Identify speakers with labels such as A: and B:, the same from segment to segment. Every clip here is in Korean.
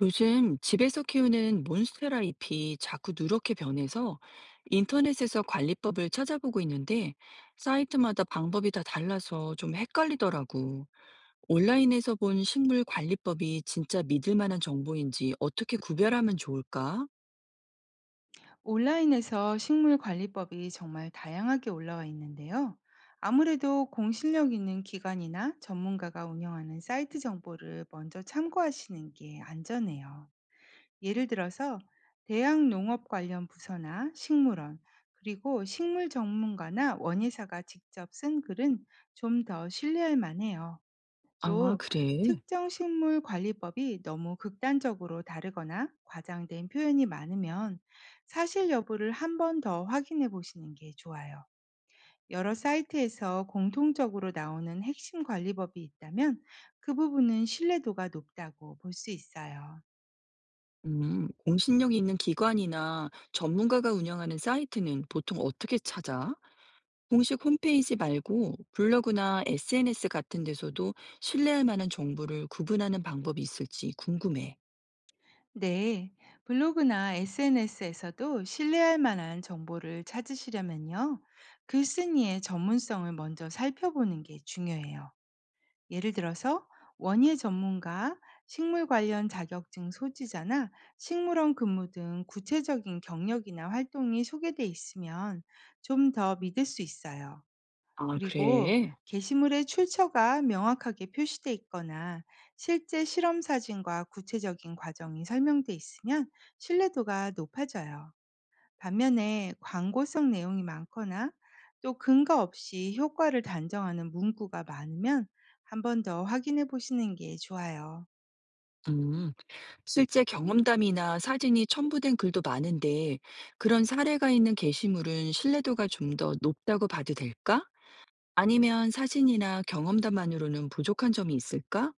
A: 요즘 집에서 키우는 몬스테라 잎이 자꾸 누렇게 변해서 인터넷에서 관리법을 찾아보고 있는데 사이트마다 방법이 다 달라서 좀 헷갈리더라고. 온라인에서 본 식물 관리법이 진짜 믿을 만한 정보인지 어떻게 구별하면 좋을까?
B: 온라인에서 식물 관리법이 정말 다양하게 올라와 있는데요. 아무래도 공실력 있는 기관이나 전문가가 운영하는 사이트 정보를 먼저 참고하시는 게 안전해요. 예를 들어서 대학 농업 관련 부서나 식물원, 그리고 식물 전문가나 원예사가 직접 쓴 글은 좀 더 신뢰할 만해요.
A: 아,
B: 또
A: 그래.
B: 특정 식물 관리법이 너무 극단적으로 다르거나 과장된 표현이 많으면 사실 여부를 한 번 더 확인해 보시는 게 좋아요. 여러 사이트에서 공통적으로 나오는 핵심 관리법이 있다면 그 부분은 신뢰도가 높다고 볼 수 있어요.
A: 공신력 있는 기관이나 전문가가 운영하는 사이트는 보통 어떻게 찾아? 공식 홈페이지 말고 블로그나 SNS 같은 데서도 신뢰할 만한 정보를 구분하는 방법이 있을지 궁금해.
B: 네, 블로그나 SNS에서도 신뢰할 만한 정보를 찾으시려면요. 글쓴이의 전문성을 먼저 살펴보는 게 중요해요. 예를 들어서 원예 전문가, 식물 관련 자격증 소지자나 식물원 근무 등 구체적인 경력이나 활동이 소개돼 있으면 좀 더 믿을 수 있어요.
A: 아,
B: 그리고
A: 그래?
B: 게시물의 출처가 명확하게 표시돼 있거나 실제 실험 사진과 구체적인 과정이 설명돼 있으면 신뢰도가 높아져요. 반면에 광고성 내용이 많거나 또 근거 없이 효과를 단정하는 문구가 많으면 한번 더 확인해 보시는 게 좋아요.
A: 음, 실제 경험담이나 사진이 첨부된 글도 많은데 그런 사례가 있는 게시물은 신뢰도가 좀 더 높다고 봐도 될까? 아니면 사진이나 경험담만으로는 부족한 점이 있을까?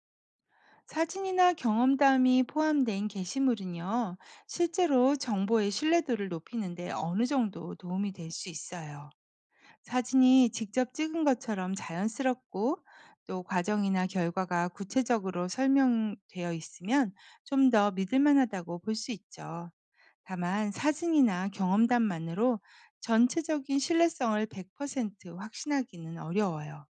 B: 사진이나 경험담이 포함된 게시물은요, 실제로 정보의 신뢰도를 높이는데 어느 정도 도움이 될 수 있어요. 사진이 직접 찍은 것처럼 자연스럽고 또 과정이나 결과가 구체적으로 설명되어 있으면 좀 더 믿을 만하다고 볼 수 있죠. 다만 사진이나 경험담만으로 전체적인 신뢰성을 100% 확신하기는 어려워요.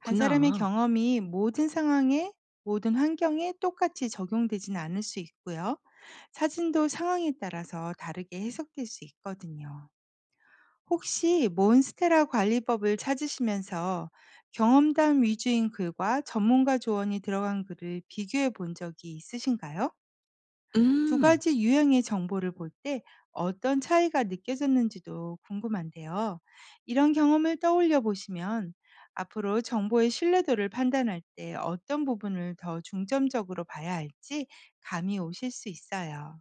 B: 한 사람의 경험이 모든 상황에 모든 환경에 똑같이 적용되진 않을 수 있고요. 사진도 상황에 따라서 다르게 해석될 수 있거든요. 혹시 몬스테라 관리법을 찾으시면서 경험담 위주인 글과 전문가 조언이 들어간 글을 비교해 본 적이 있으신가요? 두
A: 음,
B: 가지 유형의 정보를 볼 때 어떤 차이가 느껴졌는지도 궁금한데요. 이런 경험을 떠올려 보시면 앞으로 정보의 신뢰도를 판단할 때 어떤 부분을 더 중점적으로 봐야 할지 감이 오실 수 있어요.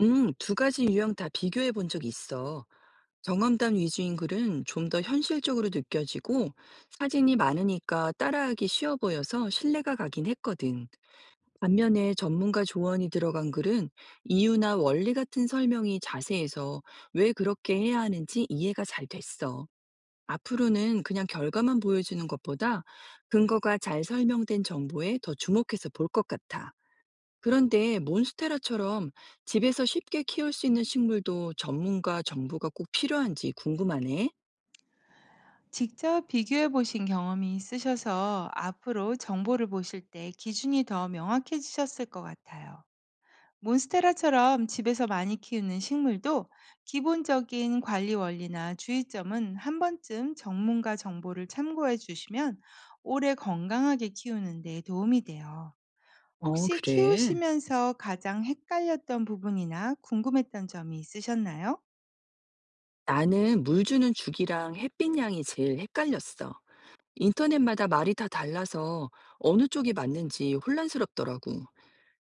A: 음, 두 가지 유형 다 비교해 본 적이 있어. 경험담 위주인 글은 좀 더 현실적으로 느껴지고 사진이 많으니까 따라하기 쉬워 보여서 신뢰가 가긴 했거든. 반면에 전문가 조언이 들어간 글은 이유나 원리 같은 설명이 자세해서 왜 그렇게 해야 하는지 이해가 잘 됐어. 앞으로는 그냥 결과만 보여주는 것보다 근거가 잘 설명된 정보에 더 주목해서 볼 것 같아. 그런데 몬스테라처럼 집에서 쉽게 키울 수 있는 식물도 전문가 정보가 꼭 필요한지 궁금하네.
B: 직접 비교해 보신 경험이 있으셔서 앞으로 정보를 보실 때 기준이 더 명확해지셨을 것 같아요. 몬스테라처럼 집에서 많이 키우는 식물도 기본적인 관리 원리나 주의점은 한 번쯤 전문가 정보를 참고해 주시면 오래 건강하게 키우는 데 도움이 돼요.
A: 어,
B: 혹시
A: 그래.
B: 키우시면서 가장 헷갈렸던 부분이나 궁금했던 점이 있으셨나요?
A: 나는 물 주는 주기랑 햇빛 양이 제일 헷갈렸어. 인터넷마다 말이 다 달라서 어느 쪽이 맞는지 혼란스럽더라고.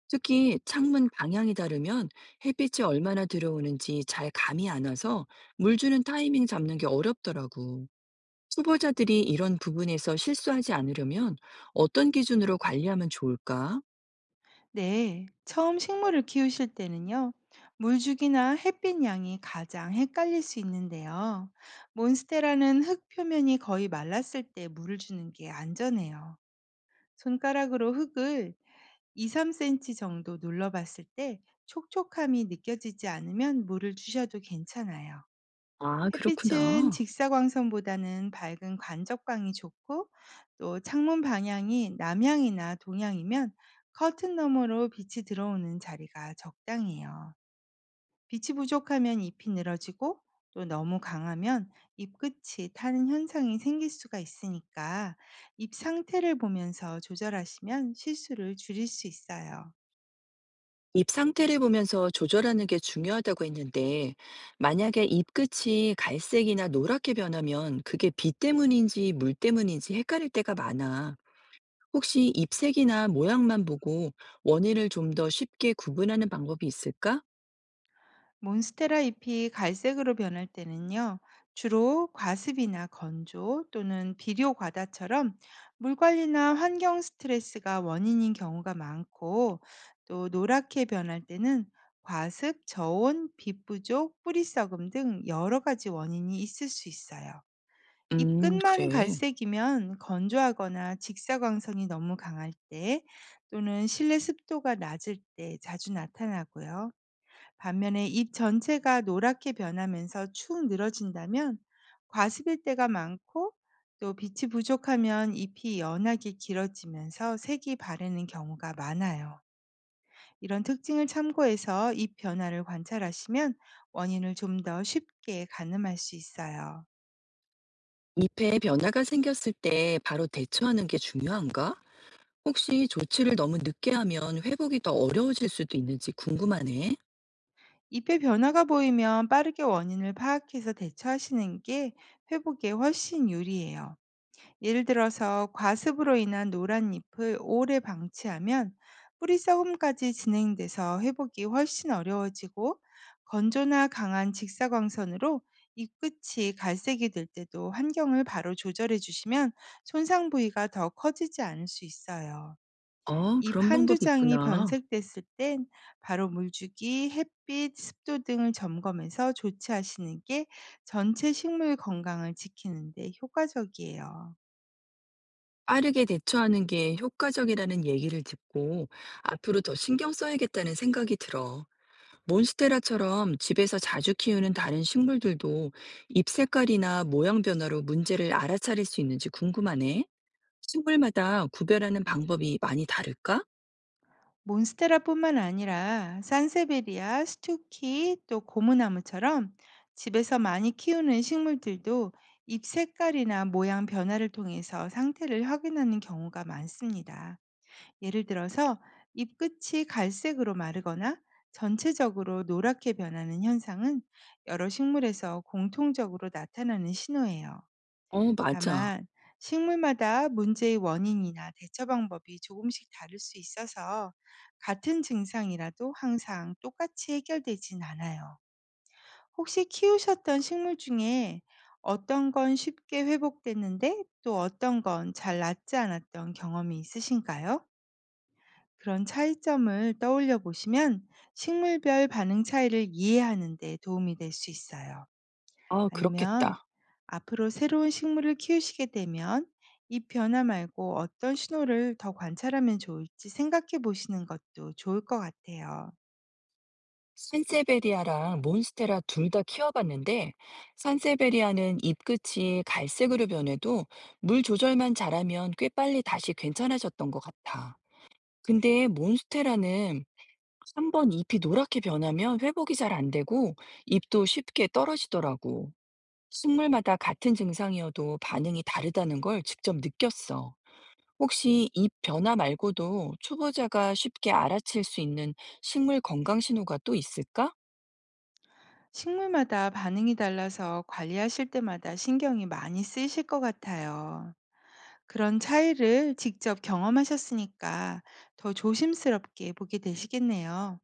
A: 특히 창문 방향이 다르면 햇빛이 얼마나 들어오는지 잘 감이 안 와서 물 주는 타이밍 잡는 게 어렵더라고. 초보자들이 이런 부분에서 실수하지 않으려면 어떤 기준으로 관리하면 좋을까?
B: 네, 처음 식물을 키우실 때는요. 물주기나 햇빛 양이 가장 헷갈릴 수 있는데요. 몬스테라는 흙 표면이 거의 말랐을 때 물을 주는 게 안전해요. 손가락으로 흙을 2~3cm 정도 눌러봤을 때 촉촉함이 느껴지지 않으면 물을 주셔도 괜찮아요.
A: 아,
B: 햇빛은
A: 그렇구나.
B: 직사광선보다는 밝은 간접광이 좋고 또 창문 방향이 남향이나 동향이면 커튼 너머로 빛이 들어오는 자리가 적당해요. 빛이 부족하면 잎이 늘어지고 또 너무 강하면 잎 끝이 타는 현상이 생길 수가 있으니까 잎 상태를 보면서 조절하시면 실수를 줄일 수 있어요.
A: 입 상태를 보면서 조절하는 게 중요하다고 했는데, 만약에 입 끝이 갈색이나 노랗게 변하면 그게 비 때문인지 물 때문인지 헷갈릴 때가 많아. 혹시 입색이나 모양만 보고 원인을 좀 더 쉽게 구분하는 방법이 있을까?
B: 몬스테라 잎이 갈색으로 변할 때는요, 주로 과습이나 건조 또는 비료 과다처럼 물 관리나 환경 스트레스가 원인인 경우가 많고, 또 노랗게 변할 때는 과습, 저온, 빛 부족, 뿌리 썩음 등 여러 가지 원인이 있을 수 있어요. 잎 끝만
A: 그래.
B: 갈색이면 건조하거나 직사광선이 너무 강할 때 또는 실내 습도가 낮을 때 자주 나타나고요. 반면에 잎 전체가 노랗게 변하면서 축 늘어진다면 과습일 때가 많고 또 빛이 부족하면 잎이 연하게 길어지면서 색이 바래는 경우가 많아요. 이런 특징을 참고해서 잎 변화를 관찰하시면 원인을 좀 더 쉽게 가늠할 수 있어요.
A: 잎에 변화가 생겼을 때 바로 대처하는 게 중요한가? 혹시 조치를 너무 늦게 하면 회복이 더 어려워질 수도 있는지 궁금하네.
B: 잎의 변화가 보이면 빠르게 원인을 파악해서 대처하시는 게 회복에 훨씬 유리해요. 예를 들어서 과습으로 인한 노란 잎을 오래 방치하면 뿌리 썩음까지 진행돼서 회복이 훨씬 어려워지고 건조나 강한 직사광선으로 잎 끝이 갈색이 될 때도 환경을 바로 조절해 주시면 손상 부위가 더 커지지 않을 수 있어요.
A: 아,
B: 잎
A: 그런
B: 한두
A: 방법이
B: 장이
A: 있구나.
B: 변색됐을 땐 바로 물주기, 햇빛, 습도 등을 점검해서 조치하시는 게 전체 식물 건강을 지키는 데 효과적이에요.
A: 빠르게 대처하는 게 효과적이라는 얘기를 듣고 앞으로 더 신경 써야겠다는 생각이 들어. 몬스테라처럼 집에서 자주 키우는 다른 식물들도 잎 색깔이나 모양 변화로 문제를 알아차릴 수 있는지 궁금하네. 식물마다 구별하는 방법이 많이 다를까?
B: 몬스테라뿐만 아니라 산세베리아, 스투키, 또 고무나무처럼 집에서 많이 키우는 식물들도 잎 색깔이나 모양 변화를 통해서 상태를 확인하는 경우가 많습니다. 예를 들어서 잎 끝이 갈색으로 마르거나 전체적으로 노랗게 변하는 현상은 여러 식물에서 공통적으로 나타나는 신호예요.
A: 어, 맞아.
B: 다만 식물마다 문제의 원인이나 대처 방법이 조금씩 다를 수 있어서 같은 증상이라도 항상 똑같이 해결되진 않아요. 혹시 키우셨던 식물 중에 어떤 건 쉽게 회복됐는데 또 어떤 건 잘 낫지 않았던 경험이 있으신가요? 그런 차이점을 떠올려 보시면 식물별 반응 차이를 이해하는 데 도움이 될 수 있어요.
A: 아,
B: 아니면
A: 그렇겠다.
B: 앞으로 새로운 식물을 키우시게 되면 이 변화 말고 어떤 신호를 더 관찰하면 좋을지 생각해 보시는 것도 좋을 것 같아요.
A: 산세베리아랑 몬스테라 둘 다 키워봤는데, 산세베리아는 잎끝이 갈색으로 변해도 물 조절만 잘하면 꽤 빨리 다시 괜찮아졌던 것 같아. 근데 몬스테라는 한 번 잎이 노랗게 변하면 회복이 잘 안 되고 잎도 쉽게 떨어지더라고. 식물마다 같은 증상이어도 반응이 다르다는 걸 직접 느꼈어. 혹시 잎 변화 말고도 초보자가 쉽게 알아챌 수 있는 식물 건강 신호가 또 있을까?
B: 식물마다 반응이 달라서 관리하실 때마다 신경이 많이 쓰이실 것 같아요. 그런 차이를 직접 경험하셨으니까 더 조심스럽게 보게 되시겠네요.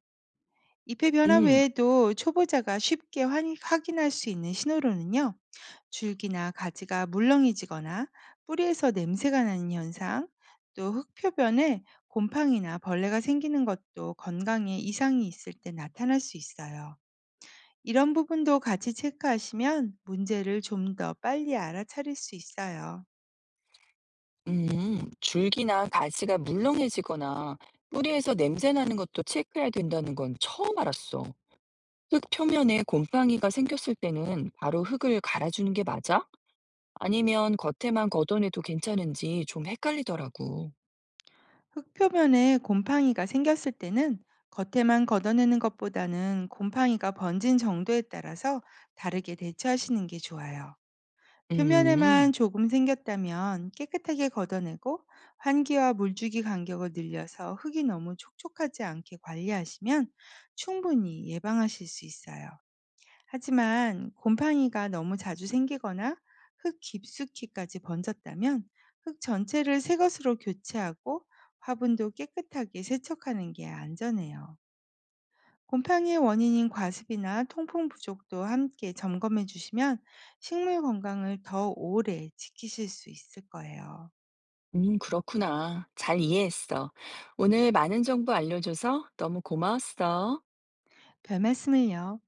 B: 잎의 변화
A: 음.
B: 외에도 초보자가 쉽게 확인할 수 있는 신호로는요. 줄기나 가지가 물렁해지거나 뿌리에서 냄새가 나는 현상, 또 흙표변에 곰팡이나 벌레가 생기는 것도 건강에 이상이 있을 때 나타날 수 있어요. 이런 부분도 같이 체크하시면 문제를 좀 더 빨리 알아차릴 수 있어요.
A: 줄기나 가지가 물렁해지거나 뿌리에서 냄새 나는 것도 체크해야 된다는 건 처음 알았어. 흙 표면에 곰팡이가 생겼을 때는 바로 흙을 갈아주는 게 맞아? 아니면 겉에만 걷어내도 괜찮은지 좀 헷갈리더라고.
B: 흙표면에 곰팡이가 생겼을 때는 겉에만 걷어내는 것보다는 곰팡이가 번진 정도에 따라서 다르게 대처하시는 게 좋아요.
A: 음,
B: 표면에만 조금 생겼다면 깨끗하게 걷어내고 환기와 물주기 간격을 늘려서 흙이 너무 촉촉하지 않게 관리하시면 충분히 예방하실 수 있어요. 하지만 곰팡이가 너무 자주 생기거나 흙 깊숙이까지 번졌다면 흙 전체를 새 것으로 교체하고 화분도 깨끗하게 세척하는 게 안전해요. 곰팡이의 원인인 과습이나 통풍 부족도 함께 점검해 주시면 식물 건강을 더 오래 지키실 수 있을 거예요.
A: 음, 그렇구나. 잘 이해했어. 오늘 많은 정보 알려줘서 너무 고마웠어.
B: 별 말씀을요.